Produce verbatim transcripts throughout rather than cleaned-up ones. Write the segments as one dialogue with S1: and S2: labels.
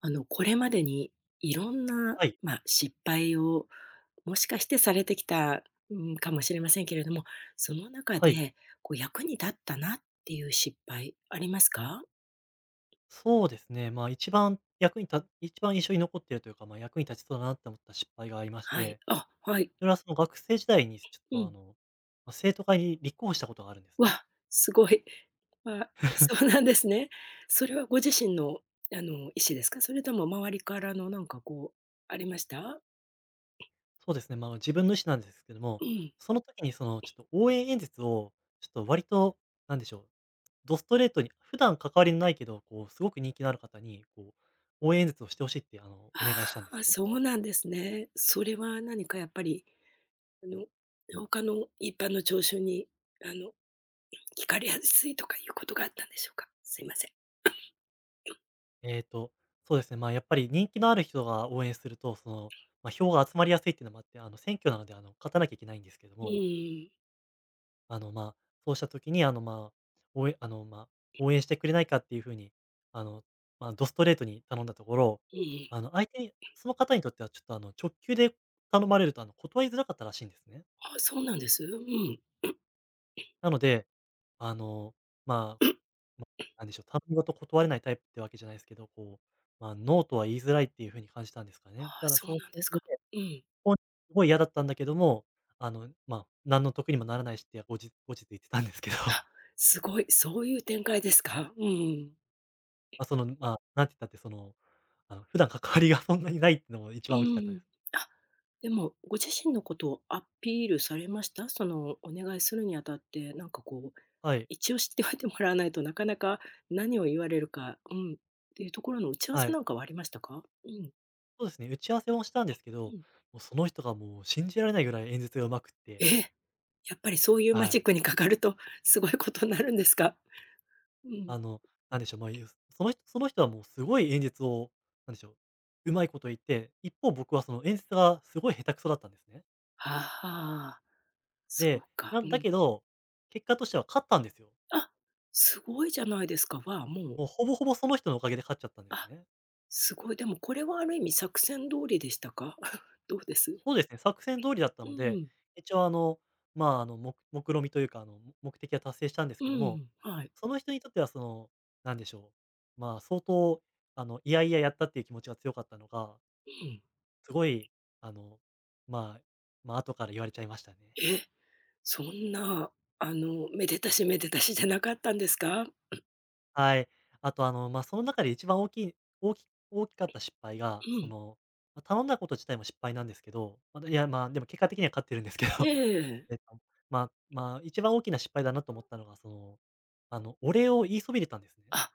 S1: あの、これまでにいろんな、
S2: はい、
S1: まあ、失敗をもしかしてされてきた、うん、かもしれませんけれども、その中
S2: はい。
S1: で、こう役に立ったなっていう失敗ありますか？
S2: そうですね、まあ、一番役にた一番印象に残っているというか、まあ、役に立ちそうだなって思った失敗がありまし
S1: はい。
S2: て、
S1: あ、はい。
S2: それはその学生時代にちょっ
S1: う
S2: とあ
S1: ん。
S2: の、ま、生徒会に立候補したことがあるんですね。
S1: わ、すごい。わ、そうなんですね。それはご自身の、あの、意思ですか？それとも周りからのなんかこう、ありました？
S2: そうですね、まあ、自分の意思なんですけど
S1: う
S2: も、
S1: ん。
S2: その時にそのちょっと応援演説をちょっと割となんでしょう、ドストレートに、普段関わりのないけど、こうすごく人気のある方に、こう応援演説をしてほしいってあの、お願いしたんで
S1: あ
S2: す
S1: あ、
S2: ね。
S1: そうなんですね。それは何かやっぱりあの、他の一般の聴衆に、あの、聞かれやすいとかいうことがあったんでしょうか？すいません。
S2: えっと、そうですね、まあ、やっぱり人気のある人が応援すると、その、まあ、票が集まりやすいっていうのもあって、あの、選挙なので、あの、勝たなきゃいけないんですけど
S1: う
S2: も、
S1: ん、
S2: あの、まあ、そうした時に、あの、まあ、応援あの、まあ、応援してくれないかっていう風に、あの、まあ、ドストレートに頼んだところ、
S1: うん。
S2: あの、相手にその方にとってはちょっと、あの、直球で頼まれると、あの、断りづらかったらしいんですね。
S1: あ、そうなんです？うん。
S2: なので、あの、まあ、なんでしょう、頼み事断れないタイプってわけじゃないですけど、こう、まあ、ノーとは言いづらいっていう風に感じたんですか
S1: あ
S2: ね。
S1: あ、
S2: ただ
S1: そう
S2: そう
S1: なんですか。うん。
S2: ほんすごい嫌だったんだけども、あの、まあ、何の得にもならないしって後日後日言ってたんですけど、
S1: あ、すごい、そういう展開ですか？うん。
S2: ま、その、まあ、なんて言ったって、その、あの、普段関わりがそんなにないってのも一
S1: う
S2: 番大きかったで
S1: ん。
S2: す。
S1: あ、でもご自身のことをアピールされました？その、お願いするにあたって、なんかこう、
S2: はい、
S1: 一応知っておいてもらわないとなかなか何を言われるか、うん、っていうところの打ち合わ
S2: は
S1: せな
S2: い。
S1: んかはありましたか？うん、
S2: そうですね、打ち合わせもしたんですけ
S1: う
S2: ど、
S1: ん。
S2: もうその人がもう信じられないぐらい演説が上手く
S1: え！
S2: て、
S1: やっぱりそういうマ
S2: は
S1: ジッ
S2: い。
S1: クにかかると、すごいことになるんですか？うん。
S2: あの、なんでしょう、まあ、ゆその人その人はもうすごい演説を、なんでしょう、上手いこと言って、一方僕はその演説がすごい下手くそだったんですね。
S1: ああ、そう
S2: で、
S1: か、
S2: な
S1: う
S2: んだ
S1: ん。
S2: けど、結果としては勝ったんですよ。
S1: あ、すごいじゃないですか。は、もう、
S2: もうほぼほぼその人のおかげで勝っちゃったんです
S1: あ、
S2: ね。
S1: すごい。でもこれはある意味作戦通りでしたか？どうです？
S2: そうですね、作戦通りだった
S1: う
S2: の
S1: ん、う
S2: で、
S1: ん。
S2: 一応あの、まあ、あの、目目論みというか、あの、目目的は達成したんですけども、
S1: はい。
S2: その人にとってはその、なんでしょう、まあ、相当、あの、いやいややったっていう気持ちが強かったのが、
S1: うん。
S2: すごい、あの、まあ、まあ、後から言われちゃいましたね。
S1: え、そんな、あの、めでたしめでたしじゃなかったんですか？
S2: はい。あと、あの、まあ、その中で一番大きい大き大きかった失敗
S1: う
S2: が、そ
S1: ん。
S2: の、ま、頼んだこと自体も失敗なんですけど、ま、いや、まあ、でも結果的には勝ってるんですけど、
S1: え え。
S2: えっと、まあまあ、一番大きな失敗だなと思ったのが、その、あの、お礼を言いそびれたんですね。
S1: あ、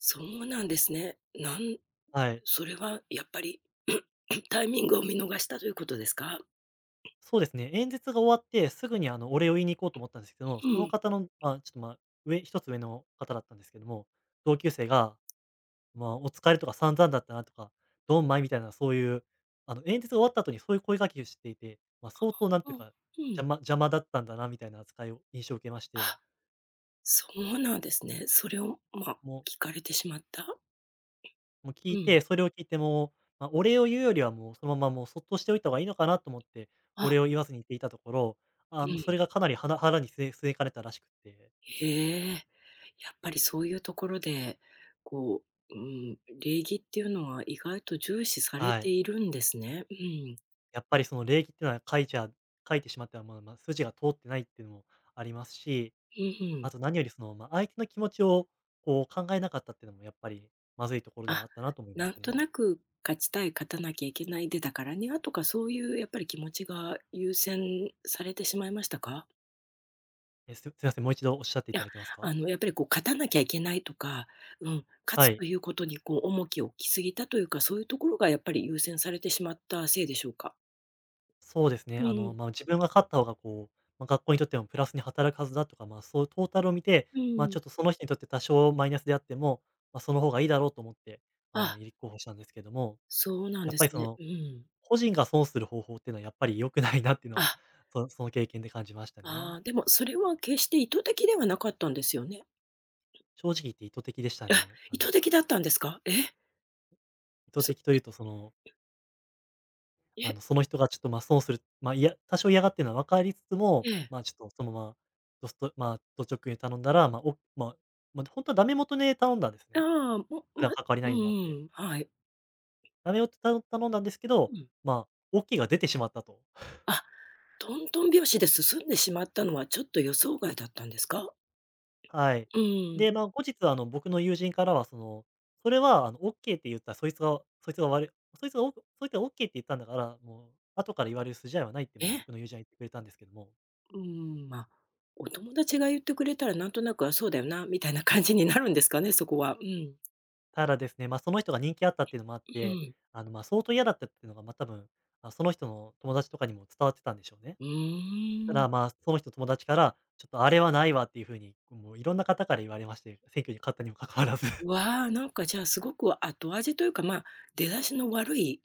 S1: そうなんですね。なん
S2: はい。
S1: それはやっぱり タイミングを見逃したということですか？
S2: そうですね、演説が終わってすぐに、あの、お礼を言いに行こうと思ったんですけども、
S1: う
S2: その
S1: ん。
S2: 方の、まあ、ちょっと、まあ、上一つ上の方だったんですけども、同級生がまあ、お疲れとか散々だったなとか、ドンマイみたいなそういう、あの、演説が終わった後にそういう声掛けをしていて、まあ、相当なんて
S1: うん。
S2: いう
S1: うん。
S2: か、邪魔邪魔だったんだなみたいな扱いを印象を受けまして、
S1: あ、そうなんですね。それを、ま、
S2: もう
S1: 聞かれてしまった。
S2: もう聞
S1: う
S2: い
S1: ん。
S2: て、それを聞いてもう、まあ、お礼を言うよりはもうそのままもうそっとしておいた方がいいのかなと思って、お
S1: あ、
S2: 礼を言わずに言っていたところ、あ
S1: う
S2: の、そ
S1: ん。
S2: れがかなり腹腹に据え据えかれたらしくて、
S1: へえ、やっぱりそういうところで、こう、うん、礼儀っていうのは意外と重視され
S2: は
S1: て
S2: い。
S1: いるんですね。うん。
S2: やっぱりその礼儀っていうのは書いちゃ書いてしまっては、まあまあ、筋が通ってないっていうのもありますし、
S1: うん、う
S2: あ
S1: ん。
S2: と何よりその、まあ、相手の気持ちをこう考えなかったっていうのもやっぱりまずいところではあ
S1: あ、
S2: ったなと思いま
S1: なん
S2: す
S1: と
S2: ね。
S1: なく勝ちたい、勝たなきゃいけない、で、だからにはとかそういうやっぱり気持ちが優先されてしまいましたか？
S2: え、すすいません、もう一度おっしゃって
S1: い
S2: いた
S1: や、
S2: だけます
S1: あ
S2: か？
S1: の、やっぱりこう勝たなきゃいけないとか、うん、勝つ
S2: はい。
S1: ということにこう重きを置きすぎたというか、そういうところがやっぱり優先されてしまったせいでしょうか？
S2: そうです
S1: う
S2: ね。あ
S1: ん、
S2: の、まあ、自分が勝った方がこう、まあ、学校にとってもプラスに働くはずだとか、まあ、そういうトータルを見て、
S1: う
S2: まあ、ち
S1: ん。
S2: ょっとその人にとって多少マイナスであっても、まあ、その方がいいだろうと思って、あ
S1: あ、
S2: の、立候補したんですけども、
S1: そうなん
S2: や
S1: で
S2: っぱり
S1: す
S2: そ
S1: ね。
S2: の、
S1: うん。
S2: 個人が損する方法っていうのはやっぱり良くないなっていうの
S1: あ、
S2: は、そその経験で感じましたね。
S1: ああ、でもそれは決して意図的ではなかったんですよね？
S2: 正直言って意図的でした
S1: あ、
S2: ね。あ
S1: 意
S2: の、
S1: 図的だったんですか？え、
S2: 意図的
S1: そ
S2: というとそのあ
S1: え、
S2: の、その人がちょっと、ま、損する、まあ、いや多少嫌がってるのは分かりつつも、
S1: ええ。
S2: ま、ちょっとそのまま、ドすとまあ、ド直に頼んだら、まあ、おまあま、あ本当はダメ元で頼んだんです
S1: あ
S2: ね。
S1: あ、も
S2: 普段
S1: ま
S2: 関わり
S1: う
S2: ないのもあって。
S1: ん、ん、はい。
S2: ダメ元た頼んだんですけ
S1: う
S2: ど、
S1: ん。
S2: まあ、OK が出てしまったと。
S1: あ、トントン拍子で進んでしまったのはちょっと予想外だったんですか？
S2: はい。
S1: うん。
S2: で、まあ、後日あの、僕の友人からはその、それはあの、OK って言ったらそいつがそいつが悪いそいつがそいつが OK って言ったんだから、もう後から言われる筋合いはないって、まあ、
S1: え？
S2: 僕の友人は言ってくれたんですけども。
S1: うーん、まあ、お友達が言ってくれたらなんとなく、あ、そうだよな、みたいな感じになるんですかね、そこは。うん。
S2: ただですね、まあ、その人が人気あったっていうのもあっ
S1: う
S2: て、
S1: ん。
S2: あの、ま、相当嫌だったっていうのが、まあ、多分、あ、その人の友達とかにも伝わってたんでしょうね。
S1: う
S2: た
S1: ーん。
S2: だ、まあ、その人の友達から、ちょっとあれはないわっていう風に、もういろんな方から言われまして、選挙に勝ったにも関わらず。
S1: わあ、なんかじゃあすごく後味というか、まあ、出だしの悪い、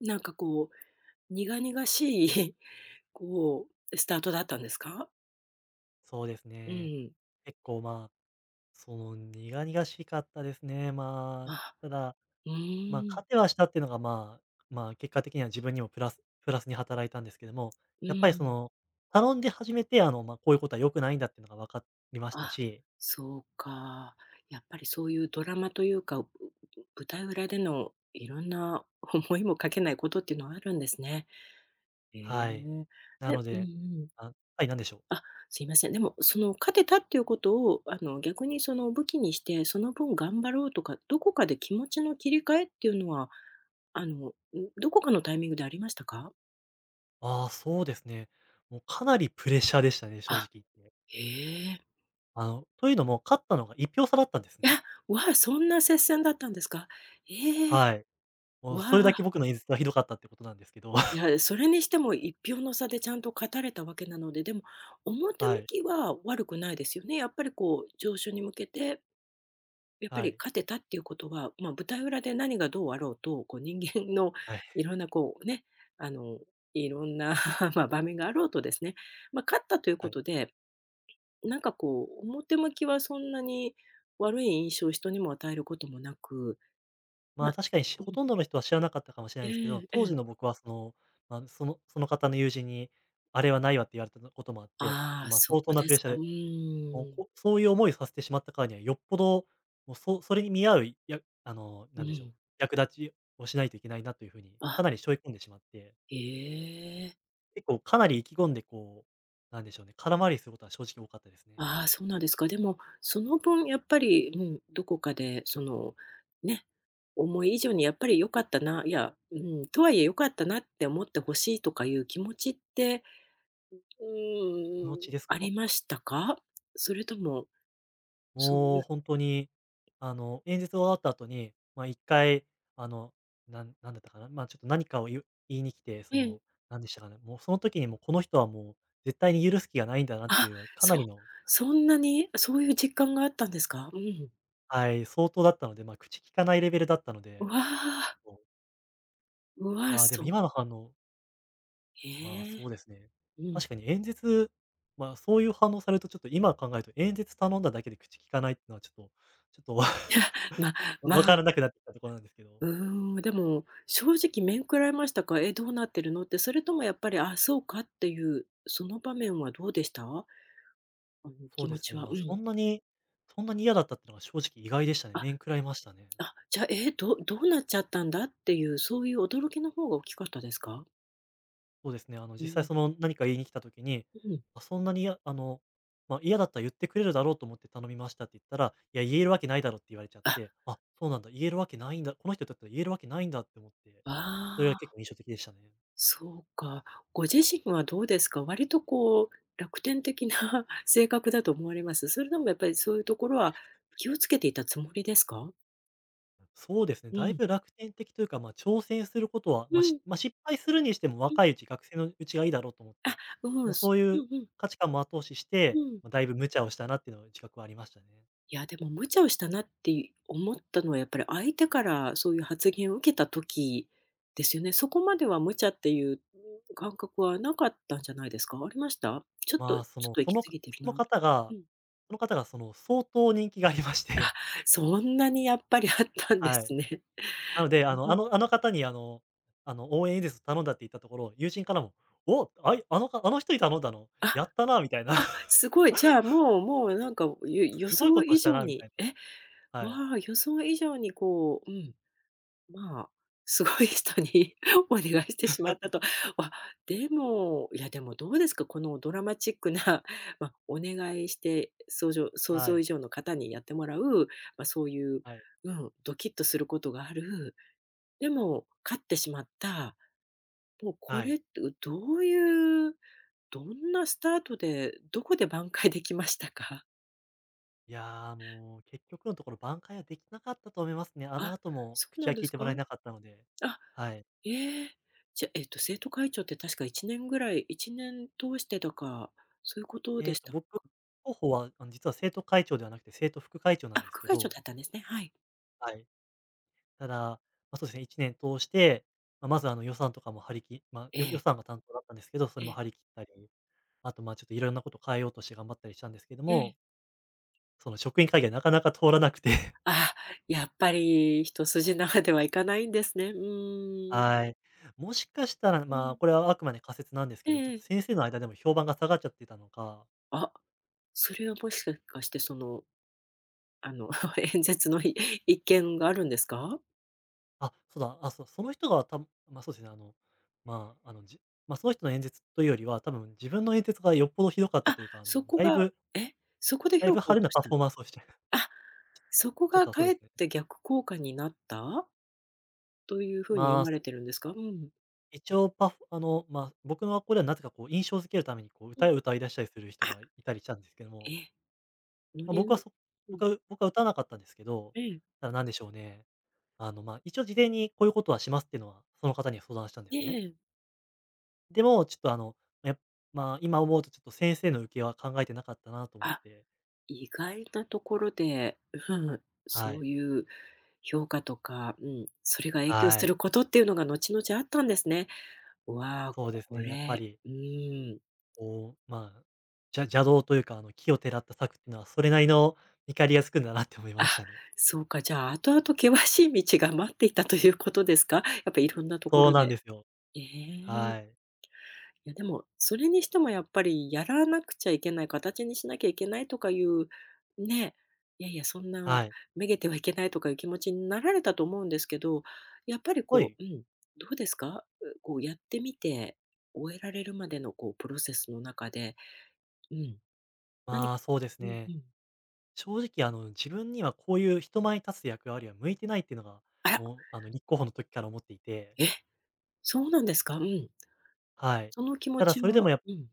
S1: なんかこう、苦々しい、こう、スタートだったんですか？
S2: そうです
S1: う
S2: ね。
S1: ん。
S2: 結構、まあ、その、苦々しかったですね。まあ、
S1: あ、
S2: ただ、
S1: う
S2: まあ、
S1: ーん。
S2: 勝てはしたっていうのが、まあまあ、結果的には自分にもプラスプラスに働いたんですけども、
S1: う
S2: やっぱりそ
S1: ん。
S2: の、頼んで初めて、あの、まあ、こういうことは良くないんだっていうのが分かりました
S1: あ、
S2: し。
S1: そうか。やっぱりそういうドラマというか、う舞台裏でのいろんな思いもかけないことっていうのはあるんですね。ええ。
S2: はい。な
S1: で、
S2: の
S1: うん、
S2: で
S1: うん。
S2: あはい、なんでしょう。
S1: あ、すいません。でも、その勝てたっていうことを、あの、逆にその武器にして、その分頑張ろうとか、どこかで気持ちの切り替えっていうのは、あの、ん、どこかのタイミングでありましたか？
S2: ああ、そうですね。もうかなりプレッシャーでしたね、正
S1: あ、
S2: 直言って。
S1: ええ。
S2: あの、というのも、勝ったのがいっ票差だったんです
S1: い
S2: ね。
S1: や、わあ、そんな接戦だったんですか？ええ、
S2: はい。もう
S1: わ
S2: それだけ
S1: あ、
S2: 僕の演説がひどかったってことなんですけど。
S1: い や、それにしても一票の差でちゃんと勝たれたわけなので、でも表
S2: は
S1: 向
S2: い、
S1: きは悪くないですよね。やっぱりこう上昇に向けてやっぱ
S2: は
S1: り
S2: い、
S1: 勝てたっていうことは、まあ、舞台裏で何がどうあろうと、こう人間の
S2: はい、
S1: いろんなこうね、あの、いろんな まあ場面があろうとですね、まあ、勝ったという
S2: は
S1: こ
S2: い。
S1: とで、なんかこう、表向きはそんなに悪い印象を人にも与えることもなく、
S2: ま
S1: ま
S2: あ、
S1: あ、
S2: 確かにし
S1: う
S2: ほ
S1: ん、
S2: とんどの人は知らなかったかもしれないですけど、
S1: ええ、
S2: 当
S1: え
S2: 時の
S1: え、
S2: 僕はその、まあ、そのその方の友人に、あれはないわって言われたこともあって、ちょっ
S1: あ
S2: と、
S1: あ、
S2: ま、
S1: そ
S2: 相
S1: こ
S2: 当な
S1: で
S2: プレ
S1: す
S2: ッシャー
S1: か。う
S2: で、もう、
S1: ーん。
S2: こそういう思いをさせてしまったからには、よっぽど、もう、そそれに見合う、いやあの、
S1: う
S2: なんでしょう、
S1: ん。
S2: 役立ちをしないといけないなという風に、
S1: あ、
S2: かなり背負い込んでしまって、
S1: ええ。
S2: 結構かなり意気込んで、こう、なんでしょうね、空回りすることは正直多かったですね。
S1: ああ、そうなんですか。でも、その分やっぱり、うん、どこかでその、ね、思い以上にやっぱり良かったな、いや、うん、とはいえ良かったなって思ってほしいとかいう気持ちって、う
S2: 気持
S1: ん、
S2: ちです
S1: あり
S2: か？
S1: ましたか？それとも、そう
S2: も
S1: い
S2: う
S1: う
S2: 本当に、あの、演説終わった後に、ま、一回、あの、なんなんだったかな、ま、ちょっと何かを言う言いに来て、そ
S1: ええ。
S2: の、なんでしたかね、もうその時にもう、この人はもう絶対に許す気がないんだなって
S1: あ、
S2: いう、か
S1: そ
S2: なりの。
S1: そんなに、そういう実感があったんですか？うん。
S2: はい、相当だったので、まあ、口利かないレベルだったの
S1: う
S2: で、
S1: わ
S2: ち
S1: あ、
S2: ょっと、
S1: う わあ、
S2: まあ、でも
S1: そ
S2: 今
S1: う、
S2: の反応、まあ、
S1: へえ。
S2: そうですね。
S1: うん。
S2: 確かに演説、まあ、そういう反応されるとちょっと今考えると演説頼んだだけで口利かないっていうのはちょっとちょっと
S1: まあ、 ま
S2: わから
S1: あ、
S2: なくなってきたところなんですけど。
S1: うーん、でも、正直面食らいましたか？「え、どうなってるの？」って、それともやっぱり、「あ、そうか」っていう、その場面はどうでした？あの、
S2: そ
S1: 気
S2: うで
S1: 持
S2: す
S1: ち
S2: ね、
S1: は。
S2: まあ、
S1: う
S2: そ
S1: ん。
S2: んなにそんなに嫌だったっていうのが正直意外でしたね。
S1: あ、
S2: 面食らいましたね。
S1: あ、じゃあ、え、どどうなっちゃったんだっていう、そういう驚きの方が大きかったですか？
S2: そうですね。あの、
S1: う
S2: 実際
S1: ん。
S2: その何か言いに来た時に、
S1: うん。
S2: あ、そんなにあの、まあ、嫌だったら言ってくれるだろうと思って頼みましたって言ったら、いや、言えるわけないだろって言われちゃっ
S1: あ、
S2: て、あ、そうなんだ、言えるわけないんだ、この人だったら言えるわけないんだって思って、それ
S1: あ
S2: が結
S1: あ、
S2: 構印象的でしたね。
S1: そうか。ご自身はどうですか？割とこう、楽天的な 性格だと思われます？それでもやっぱりそういうところは気をつけていたつもりですか？
S2: そうですね、
S1: う
S2: だい
S1: ん。
S2: ぶ楽天的というか、まあ、挑戦することは、
S1: う
S2: ま、
S1: ん。う
S2: し
S1: ん。
S2: まあ、失敗するにしても若いうち、学生のうちがいいだろうと思っ
S1: あ、
S2: て、
S1: う
S2: ま
S1: ん、
S2: あ、
S1: す
S2: そうい
S1: う
S2: う
S1: ん、うん、
S2: 価値観も後押しし
S1: う
S2: て、
S1: ん。
S2: まあ、だいぶ無茶をしたなっていうのは自覚はありましたね。
S1: いや、でも無茶をしたなって思ったのはやっぱり相手からそういう発言を受けた時ですよね。そこまでは無茶っていう、うん、感覚はなかったんじゃないですか？ありました？ちょっとち
S2: ま
S1: ょ
S2: あ、そ
S1: っ
S2: の
S1: と
S2: そ
S1: 行き
S2: の
S1: 過ぎてる
S2: そ
S1: な
S2: の
S1: とか。
S2: 方
S1: う
S2: が
S1: ん。
S2: その方がその相当人気がありまして、
S1: そんなにやっぱりあった んで
S2: は
S1: す
S2: い。
S1: ね。
S2: なの で、あ
S1: う
S2: のあ
S1: ん。
S2: のあの方にあのあの応援演説を頼んだって言ったところ、友人からも、「お、あいあのかあの人に頼んだの、
S1: あ、
S2: やったな」みたいな、
S1: あ、すごい。じゃあ、もうもうなんか、ゆ予
S2: 「すごいこ
S1: 想
S2: と
S1: 以
S2: した
S1: 上
S2: な」みた
S1: に
S2: い
S1: え、
S2: な。はい。
S1: わあ、予想以上にこううん、まあ、すごい人に お願いしてしまったと。わ、でも、いやでもどうですか、このドラマチックな、まあ、お願いして、想像想
S2: は
S1: 像以
S2: い。
S1: 上の方にやってもらう、まあ、そういう、
S2: はい。
S1: うん、ドキッとすることがある、でも勝ってしまった、もうこ
S2: は
S1: れっ
S2: い。
S1: て、どういう、どんなスタートで、どこで挽回できましたか？
S2: いやー、もう結局のところ挽回はできなかったと思いますね。あの
S1: あ、
S2: 後も
S1: そう
S2: 口
S1: なん
S2: は
S1: で
S2: 聞い
S1: す
S2: て
S1: か？
S2: もらえなかったので。
S1: あ、
S2: はい。
S1: ええ。じゃ、えっと、生徒会長って確かいちねんぐらいいちねん通してだか、そういうこと
S2: え
S1: で
S2: っ
S1: し
S2: と、
S1: たか？
S2: 僕、候補は、あの、実は生徒会長ではなくて、生徒副会長な
S1: あ、
S2: んです
S1: 副
S2: け
S1: 会長
S2: ど、
S1: だったんですね。はい。
S2: はい。ただ、まあ、そうですね、いちねん通して、まあ、まず、あの、予算とかも張り切まあ、
S1: え
S2: よ予
S1: え、
S2: 算が担当だったんですけど、そ
S1: え
S2: れも
S1: え、
S2: 張り切ったり、あと、ま、ちょっといろんなこと変えようとして頑張ったりしたんですけど
S1: ええ。
S2: も、その職員会議はなかなか通らなくて
S1: ああ、やっぱり一筋縄ではいかないんですね。うーん。
S2: はい。もしかしたら、
S1: う
S2: まあ、
S1: ん。
S2: これはあくまで仮説なんです
S1: え
S2: けど、ちょ
S1: え、
S2: っと
S1: ええ。
S2: 先生の間でも評判が下がっちゃってたのか、
S1: あ、それはもしかしてその、あの、演説のい一件があるんですか？
S2: あ、そうだ、あ、そう、その人がたま、そうですね、あの、まあ、あの、じまあ、その人の演説というよりは、多分自分の演説がよっぽどひどかった
S1: あ、
S2: というか、あ
S1: そ
S2: の、
S1: こ
S2: だい
S1: が
S2: ぶ
S1: え、そこで
S2: だいぶ
S1: 評価を
S2: 派手
S1: 落と
S2: な
S1: し
S2: パ
S1: た
S2: フ
S1: の？
S2: ォーマンスをして
S1: あ、そこ
S2: ちょっ
S1: が
S2: と、
S1: か
S2: そう
S1: え
S2: で
S1: っ
S2: すね。
S1: て逆効果になった？というふうに
S2: ま
S1: 読
S2: あ、
S1: ま
S2: そ
S1: れてるんですか？うん。
S2: 一応パフあの、まあ、僕の学校ではなぜかこう印象づけるためにこう
S1: う
S2: 歌
S1: ん。
S2: を歌い出したりする人
S1: あ、
S2: がいたりしたんですけど
S1: え
S2: も、
S1: え、の
S2: まあ、
S1: り
S2: 僕は
S1: の
S2: そ
S1: うん。
S2: 僕は僕は歌わなかったんですけど、
S1: ええ。
S2: ただなんでしょうね、あの、まあ、一応事前にこういうことはしますっていうのはその方には相談したんで
S1: え
S2: すね。
S1: え。
S2: でも、ちょっとあの、やまあ、今思うとちょっと先生の受けは考えてなかったなと思っ
S1: あ、
S2: て、
S1: 意外なところで、うん、
S2: は
S1: そ
S2: い、
S1: ういう評価とか、うん、それが影響
S2: は
S1: す
S2: い、
S1: ることっていうのが後々あったんですね。わあ、
S2: そうです
S1: こ
S2: ね、やっぱ
S1: れ、
S2: り
S1: うーん。
S2: こう、まあ、じゃ邪道というか、あの、奇をてらった策っていうのはそれなりの見返りがつくんだなって思い
S1: あ、
S2: ましたね。
S1: そうか、じゃあ後々険しい道が待っていたということですか？やっぱいろんなとこ
S2: そう
S1: ろ
S2: なん
S1: で。
S2: ですよ。
S1: え
S2: は
S1: え。
S2: い。
S1: いやでも、それにしてもやっぱりやらなくちゃいけない、形にしなきゃいけないとかいう、ね、いやいや、そんな
S2: はい。
S1: めげてはいけないとかいう気持ちになられたと思うんですけど、やっぱり
S2: は
S1: こ
S2: い。
S1: う、うん、どうですか？うこうやってみて、終えられるまでのこうプロセスの中で、うん、何
S2: まあ、
S1: か
S2: そ
S1: こ
S2: うです
S1: う、うん、う
S2: ね。
S1: ん。
S2: 正直、あの、自分にはこういう人前に立つ役割は向いてないっていうのが、
S1: あら、
S2: もう、あの、立候補の時から思っていて、
S1: え、そうなんですか？うん。
S2: はい。
S1: その気持
S2: ただ
S1: ち
S2: それで
S1: は
S2: もやっ
S1: うん。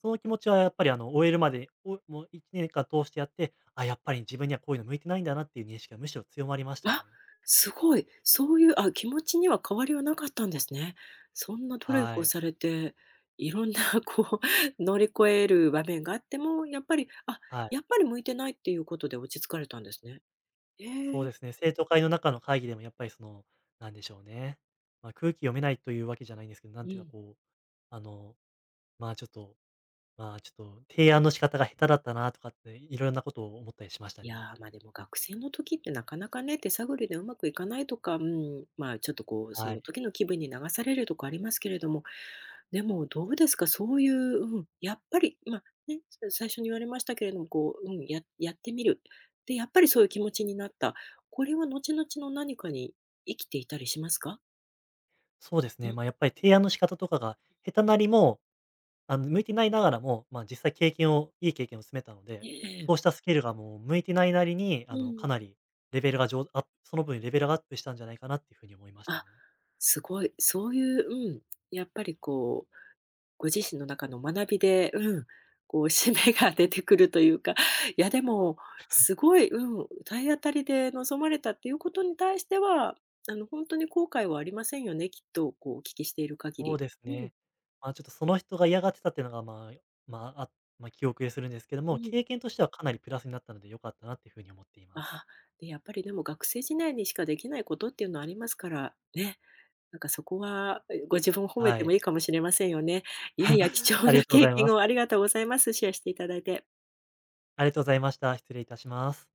S2: その気持ちはやっぱり、あの、終えるまで、おもういちねんかん通してやって、あ、やっぱり自分にはこういうの向いてないんだなっていう認識がむしろ強まりましたね。
S1: あ、すごい。そういう、あ、気持ちには変わりはなかったんですね。そんなトレ
S2: は
S1: ー
S2: い。
S1: されて、いろんなこう 乗り越える場面があっても、やっぱり、あ、
S2: は
S1: や
S2: い。
S1: っぱり向いてないっていうことで落ち着かれたんですね。え
S2: そう
S1: え、
S2: ですね。生徒会の中の会議でもやっぱりその、なんでしょうね。まあ、空気読めないというわけじゃないんですけど、な
S1: う
S2: んていうか
S1: ん。
S2: こう、あの、まあ、ちょっとまあ、ちょっと提案の仕方が下手だったなとかって、いろんなことを思ったりしました
S1: い
S2: ね。
S1: やー、ま、でも学生の時ってなかなかね、手探りでうまくいかないとか、うん、まあ、ちょっとこう、そ
S2: は
S1: の
S2: い。
S1: 時の気分に流されるとかありますけれども、でもどうですか、そういう、うん、やっぱり、ま、ね、さ最初に言われましたけれども、こう、うん、ややってみる。で、やっぱりそういう気持ちになった。これは後々の何かに生きていたりしますか？
S2: そうです
S1: う
S2: ね、
S1: ん、
S2: まあ、やっぱり提案の仕方とかが下手なりも、あの、向いてないながらも、まあ、実際経験をいい経験を積めたので、
S1: ええ。
S2: そうしたスキルがもう向いてないなりに、あ
S1: う
S2: の、か
S1: ん。
S2: なりレベルが上アップその分レベルがアップしたんじゃないかなっていうふうに思いました
S1: あ、
S2: ね。
S1: すごい。そういう、うん、やっぱりこうご自身の中の学びで、うん、こう 締めが出てくるというか、いやでも、すごい、うん、体当たりで臨まれたっていうことに対しては、あの、ほんとに後悔はありませんよね、きっと、こうお聞きしている限
S2: そう
S1: り。
S2: です
S1: うん、
S2: ね。まあ、ちょっとその人が嫌がってたっていうのが、まあ、まあ、あまあ、記憶でするんですけど
S1: う
S2: も、
S1: ん。
S2: 経験としてはかなりプラスになったので良かったなっていうふうに思ってい
S1: あ
S2: ます。
S1: あ、で、やっぱりでも学生時代にしかできないことっていうのはありますから、ね、なんかそこは、え、ご自分を褒め
S2: は
S1: ても
S2: い。
S1: いいかもしれませんよね。いやいや、貴 重
S2: あり
S1: な
S2: がとうご
S1: 経
S2: ざいま
S1: 験
S2: す。
S1: をありがとうございます。シェアしていただいて。
S2: ありがとうございました。失礼いたします。